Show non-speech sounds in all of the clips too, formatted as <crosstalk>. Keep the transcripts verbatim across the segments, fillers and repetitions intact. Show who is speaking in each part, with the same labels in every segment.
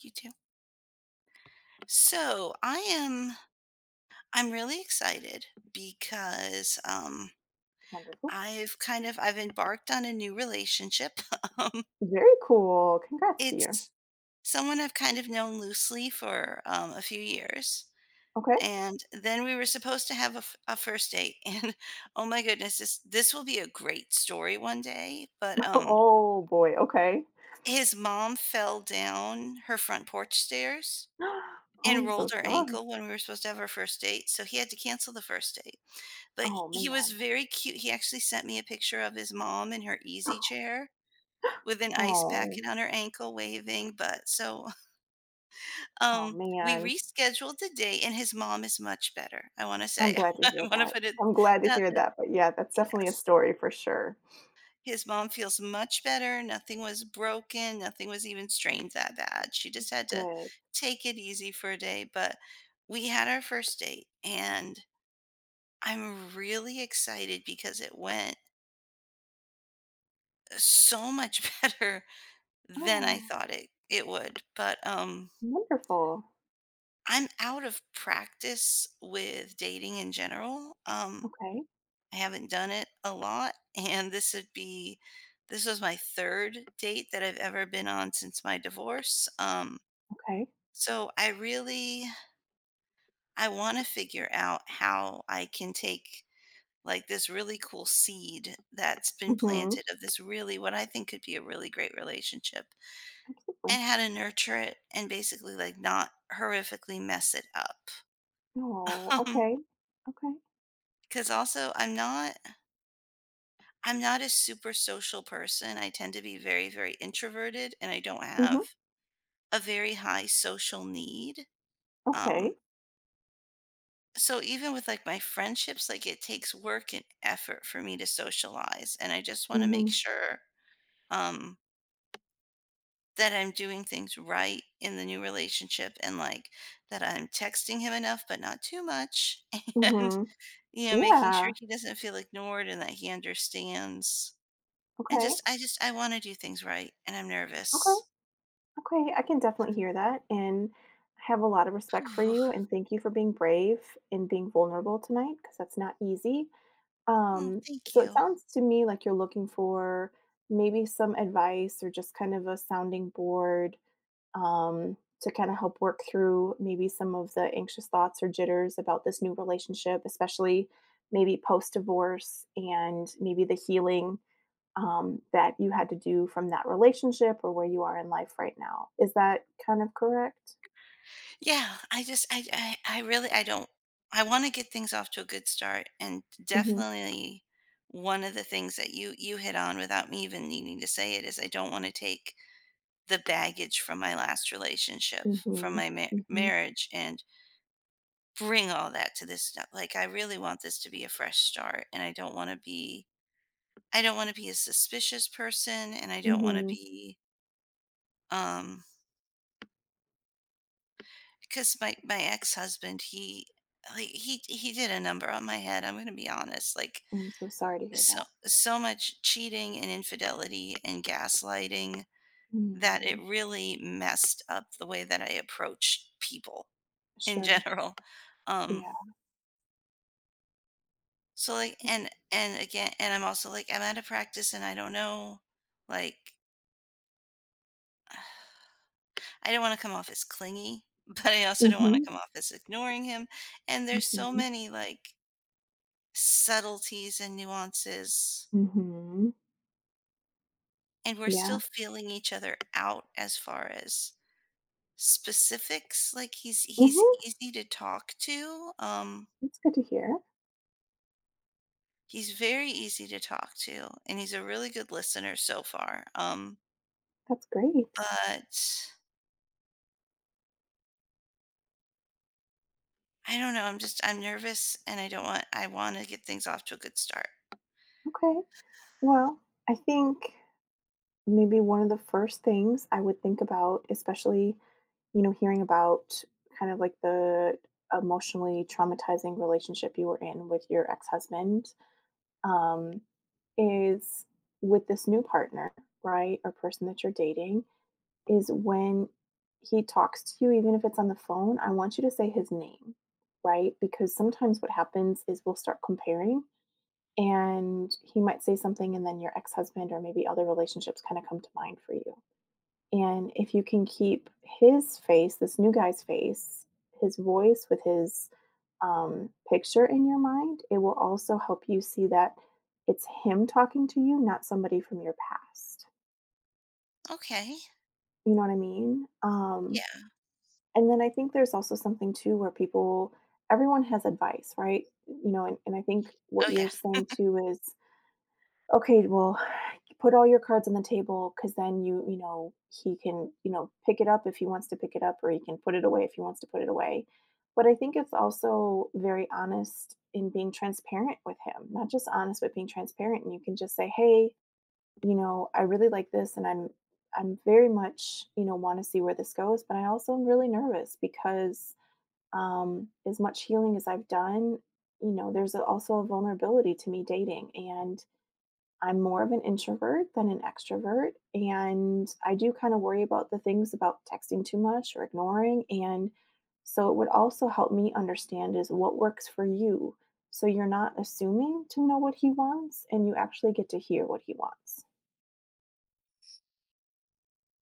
Speaker 1: You too. So I am I'm really excited because um
Speaker 2: Wonderful.
Speaker 1: I've kind of I've embarked on a new relationship. <laughs> um
Speaker 2: Very cool. Congrats to you.
Speaker 1: it's someone I've kind of known loosely for um a few years.
Speaker 2: Okay. <laughs>
Speaker 1: And then we were supposed to have a, f- a first date <laughs> and oh my goodness, this this will be a great story one day, but um
Speaker 2: Oh boy. Okay.
Speaker 1: his mom fell down her front porch stairs
Speaker 2: <gasps> Oh,
Speaker 1: and
Speaker 2: I'm so
Speaker 1: rolled her
Speaker 2: sorry.
Speaker 1: ankle when we were supposed to have our first date, so he had to cancel the first date. But
Speaker 2: Oh
Speaker 1: he was
Speaker 2: man.
Speaker 1: very cute. He actually sent me a picture of his mom in her easy chair with an ice packet
Speaker 2: Oh.
Speaker 1: on her ankle waving, but so, <laughs>
Speaker 2: Oh
Speaker 1: um, we
Speaker 2: man.
Speaker 1: rescheduled the date and his mom is much better, I wanna
Speaker 2: I'm
Speaker 1: say.
Speaker 2: glad
Speaker 1: <laughs>
Speaker 2: to
Speaker 1: I
Speaker 2: hear
Speaker 1: wanna
Speaker 2: that.
Speaker 1: put it
Speaker 2: I'm glad to
Speaker 1: out
Speaker 2: hear
Speaker 1: there.
Speaker 2: that. But yeah, that's definitely a
Speaker 1: Yes.
Speaker 2: story for sure.
Speaker 1: His mom feels much better, nothing was broken, nothing was even strained that bad. She just had to
Speaker 2: Good.
Speaker 1: take it easy for a day, but we had our first date, and I'm really excited because it went so much <laughs> better than I
Speaker 2: Oh,
Speaker 1: thought it it would. But um
Speaker 2: wonderful.
Speaker 1: I'm out of practice with dating in general. Um
Speaker 2: Okay.
Speaker 1: I haven't done it a lot <laughs> and this would be this was my third date that I've ever been on since my divorce. Um
Speaker 2: Okay.
Speaker 1: so I really I want to figure out how I can take, like, this really cool seed that's been
Speaker 2: Mm-hmm.
Speaker 1: planted of this really, what I think could be, a really great relationship.
Speaker 2: Absolutely.
Speaker 1: And how to nurture it and basically, like, not horrifically mess it up.
Speaker 2: Oh, okay.
Speaker 1: <laughs>
Speaker 2: Okay.
Speaker 1: Because also I'm not I'm not a super social person. I tend to be very, very introverted, and I don't
Speaker 2: Mm-hmm.
Speaker 1: have a very high social need. Um,
Speaker 2: Okay.
Speaker 1: so even with, like, my friendships, like, it takes work and effort for me to socialize, and I just wanna make
Speaker 2: Mm-hmm.
Speaker 1: sure, um, that I'm doing things right in the new relationship and, like, that I'm texting him enough, but not too much, <laughs> and,
Speaker 2: Mm-hmm.
Speaker 1: You know, making sure
Speaker 2: Yeah.
Speaker 1: he doesn't feel ignored and that he understands. And
Speaker 2: Okay.
Speaker 1: just I just I wanna do things right, and I'm
Speaker 2: Okay.
Speaker 1: nervous.
Speaker 2: Okay, I can definitely hear that. And I have a lot of respect for
Speaker 1: Whew.
Speaker 2: you. And thank you for being brave and being vulnerable tonight because that's not easy.
Speaker 1: Mm,
Speaker 2: Um,
Speaker 1: thank
Speaker 2: so it
Speaker 1: you.
Speaker 2: sounds to me like you're looking for maybe some advice or just kind of a sounding board um, to kind of help work through maybe some of the anxious thoughts or jitters about this new relationship, especially maybe post divorce and maybe the healing um, that you had to do from that relationship or where you are in life right now. Is that kind of correct?
Speaker 1: Yeah, I just I I I really I don't, I wanna get things off to a good start, and
Speaker 2: Mhm,
Speaker 1: definitely one of the things that you you hit on without me even needing to say it is I don't wanna take the baggage from my last relationship, from
Speaker 2: mhm,
Speaker 1: my ma
Speaker 2: mhm,
Speaker 1: marriage, and bring all that to this. No, like, I really want this to be a fresh start, and I don't wanna be I don't wanna be a suspicious person, and I don't wanna
Speaker 2: mhm.
Speaker 1: be, um, because my my ex-husband, he, like, he he did a number on my head, I'm gonna be honest, like,
Speaker 2: I'm so sorry to hear
Speaker 1: so
Speaker 2: that.
Speaker 1: so much cheating and infidelity and gaslighting that it
Speaker 2: Mm,
Speaker 1: really messed up the way that I approach people in
Speaker 2: sure.
Speaker 1: general. Um,
Speaker 2: Yeah.
Speaker 1: so, like, and and again and I'm also, like, I'm out of practice and I don't know, like, I don't want to come off as clingy, <laughs> but I also don't want to
Speaker 2: Mhm,
Speaker 1: come off as ignoring him. And there's so
Speaker 2: mhm,
Speaker 1: many, like, subtleties and nuances,
Speaker 2: mhm.
Speaker 1: and we're still
Speaker 2: Yeah.
Speaker 1: feeling each other out as far as specifics. Like he's he's
Speaker 2: Mhm.
Speaker 1: easy to talk to. Um,
Speaker 2: That's good to hear.
Speaker 1: he's very easy to talk to, and he's a really good listener so far. Um,
Speaker 2: That's great.
Speaker 1: but I don't know. I'm just I'm nervous, and I don't want I want to get things off to a good start.
Speaker 2: Okay. Well, I think maybe one of the first things I would think about, especially, you know, hearing about kind of like the emotionally traumatizing relationship you were in with your ex-husband, um, is with this new partner, right, or person that you're dating, is when he talks to you, even if it's on the phone, I want you to say his name, right? Because sometimes what happens is we'll start comparing and he might say something and then your ex-husband or maybe other relationships kind of come to mind for you. And if you can keep his face, this new guy's face, his voice with his um, picture in your mind, it will also help you see that it's him talking to you, not somebody from your past.
Speaker 1: Okay.
Speaker 2: You know what I mean? Um,
Speaker 1: Yeah.
Speaker 2: and then I think there's also something too where people, everyone has advice, right? You know, and, and I think what
Speaker 1: Oh, yeah.
Speaker 2: you're saying too is okay, well, put all your cards on the table because then you, you know, he can, you know, pick it up if he wants to pick it up or he can put it away if he wants to put it away. But I think it's also very honest in being transparent with him, not just honest, but being transparent. And you can just say, hey, you know, I really like this and I'm, I'm very much, you know, want to see where this goes, but I also am really nervous because um, as much healing as I've done, you know, there's also a vulnerability to me dating. And I'm more of an introvert than an extrovert. And I do kind of worry about the things about texting too much or ignoring. And so it would also help me understand is what works for you. So you're not assuming to know what he wants and you actually get to hear what he wants.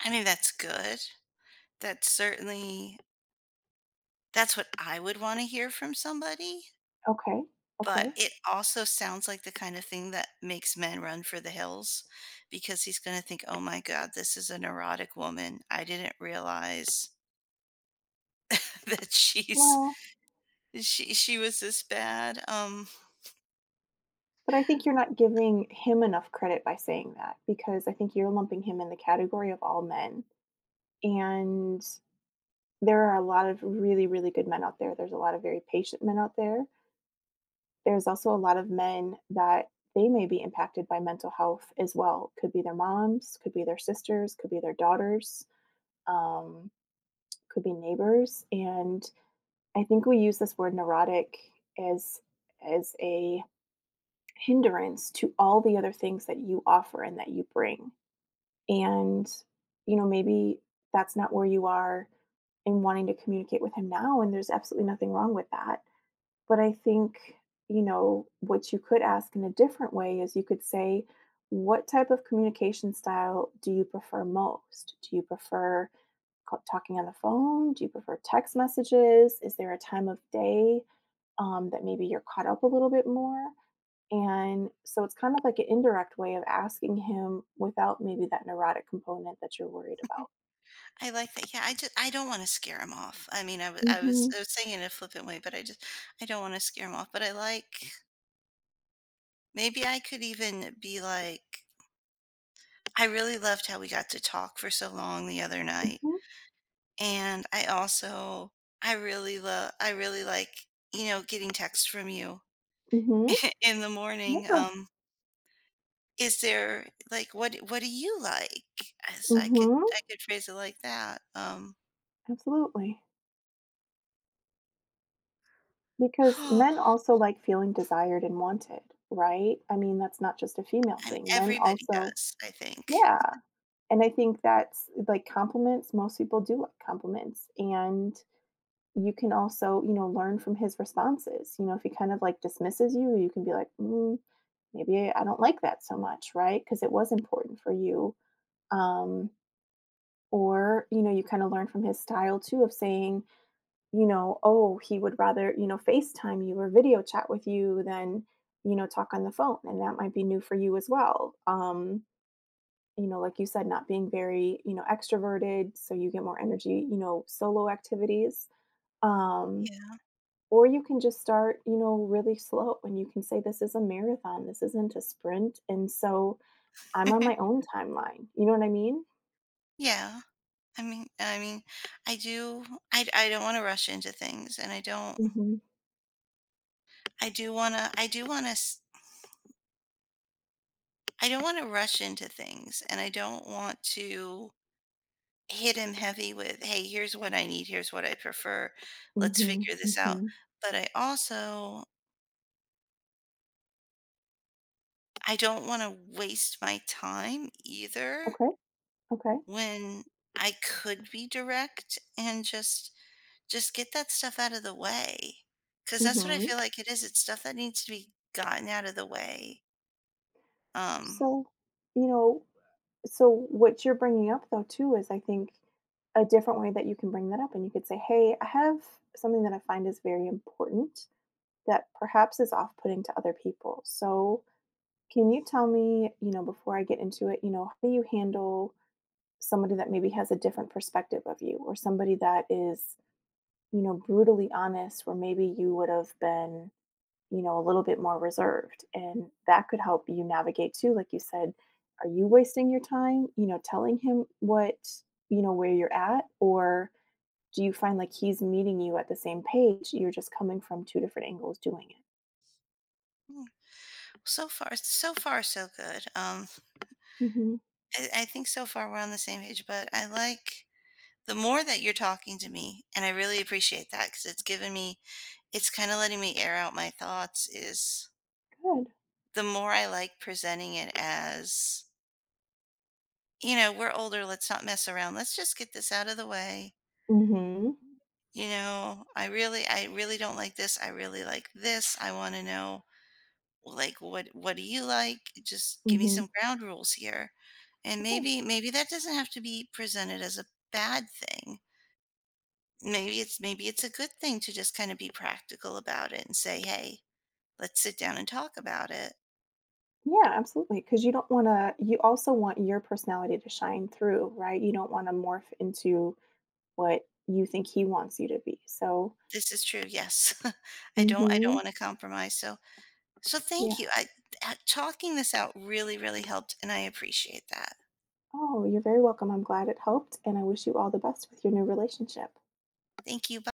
Speaker 1: I mean, that's good. That's certainly, that's what I would want to hear from somebody,
Speaker 2: Okay.
Speaker 1: but
Speaker 2: Okay.
Speaker 1: it also sounds like the kind of thing that makes men run for the hills because he's going to think, "Oh my god, this is a neurotic woman. I didn't realize <laughs> that she's
Speaker 2: Well,
Speaker 1: She she was this bad." Um,
Speaker 2: but I think you're not giving him enough credit by saying that because I think you're lumping him in the category of all men. And there are a lot of really, really good men out there. There's a lot of very patient men out there. There's also a lot of men that they may be impacted by mental health as well. Could be their moms, could be their sisters, could be their daughters, um, could be neighbors. And I think we use this word neurotic as as a hindrance to all the other things that you offer and that you bring. And you know, maybe that's not where you are in wanting to communicate with him now, and there's absolutely nothing wrong with that. But I think, you know, what you could ask in a different way is you could say, what type of communication style do you prefer most? Do you prefer ca- talking on the phone? Do you prefer text messages? Is there a time of day um, that maybe you're caught up a little bit more? And so it's kind of like an indirect way of asking him without maybe that neurotic component that you're worried about.
Speaker 1: I like that. Yeah, I just, I don't wanna scare him off. I mean, I was I was
Speaker 2: Mm-hmm.
Speaker 1: I was saying it in a flippant way, but I just, I don't wanna scare him off, but I like, maybe I could even be like, I really loved how we got to talk for so long the other night,
Speaker 2: Mm-hmm.
Speaker 1: and I also, I really love I really like, you know, getting text from you
Speaker 2: Mm-hmm.
Speaker 1: <laughs> in the morning.
Speaker 2: Yeah.
Speaker 1: Um, is there, like, what what do you like? As, I could
Speaker 2: Mm-hmm.
Speaker 1: I could phrase it like that. Um.
Speaker 2: Absolutely. Because men
Speaker 1: <gasps> <sighs>
Speaker 2: also like feeling desired and wanted, right? I mean, that's not just a female
Speaker 1: I mean,
Speaker 2: thing. Men
Speaker 1: everybody
Speaker 2: also
Speaker 1: does, I think.
Speaker 2: yeah, and I think that's like compliments, most people do like compliments, and you can also, you know, learn from his responses. You know, if he kind of like dismisses you, you can be like, "Mm, maybe I don't like that so much, right? Because it was important for you." Um, or, you know, you kind of learn from his style too of saying, you know, oh, he would rather, you know, FaceTime you or video chat with you than, you know, talk on the phone. And that might be new for you as well. Um, you know, like you said, not being very, you know, extroverted. So you get more energy, you know, solo activities. Um,
Speaker 1: Yeah.
Speaker 2: or you can just start, you know, really slow and you can say, this is a marathon, this isn't a sprint. And so I'm on my
Speaker 1: <laughs>
Speaker 2: own timeline. You know what I mean?
Speaker 1: Yeah. I mean I mean, I do, I I d I don't wanna rush into things, and I don't
Speaker 2: Mm-hmm.
Speaker 1: I do wanna, I do wanna I I don't wanna rush into things, and I don't want to hit him heavy with, "Hey, here's what I need, here's what I prefer. Let's
Speaker 2: Mm-hmm.
Speaker 1: figure this out."
Speaker 2: Mm-hmm.
Speaker 1: But I also, I don't wanna waste my time either
Speaker 2: Okay. Okay.
Speaker 1: when I could be direct and just Just get that stuff out of the way, cause that's what I
Speaker 2: Mm-hmm.
Speaker 1: feel like it is, it's stuff that needs to be gotten out of the way. Um,
Speaker 2: So, you know, so what you're bringing up though too is I think a different way that you can bring that up and you could say hey, I have something that I find is very important that perhaps is off-putting to other people, so can you tell me, you know, before I get into it, you know, how do you handle somebody that maybe has a different perspective of you or somebody that is, you know, brutally honest where maybe you would have been, you know, a little bit more reserved. And that could help you navigate too. Like you said, are you wasting your time, you know, telling him what, you know, where you're at? Or do you find like he's meeting you at the same page? You're just coming from two different angles doing it.
Speaker 1: mm, so far, so far so good. Um,
Speaker 2: Hmm.
Speaker 1: I I think so far we're on the same page, but I like, the more that you're talking to me, and I really appreciate that, cause it's given me, it's kinda letting me air out my thoughts, is
Speaker 2: Good.
Speaker 1: the more I like presenting it as, you know, we're older, let's not mess around, let's just get this out of the way.
Speaker 2: Hmm.
Speaker 1: You know, I really I really don't like this. I really like this. I want to know, like, what what do you like? Just give me
Speaker 2: Hmm.
Speaker 1: some ground rules here. And
Speaker 2: Yeah.
Speaker 1: maybe maybe that doesn't have to be presented as a bad thing. Maybe it's maybe it's a good thing to just kind of be practical about it and say, "Hey, let's sit down and talk about it."
Speaker 2: Yeah, absolutely. Because you don't want to, you also want your personality to shine through, right? You don't want to morph into what you think he wants you to be. So,
Speaker 1: This is true. Yes. <laughs> I don't I don't
Speaker 2: hmm,
Speaker 1: want to compromise. So, so
Speaker 2: yeah.
Speaker 1: thank you. I, uh, talking this out really really helped and I appreciate that.
Speaker 2: Oh, you're very welcome. I'm glad it helped, and I wish you all the best with your new relationship.
Speaker 1: Thank you.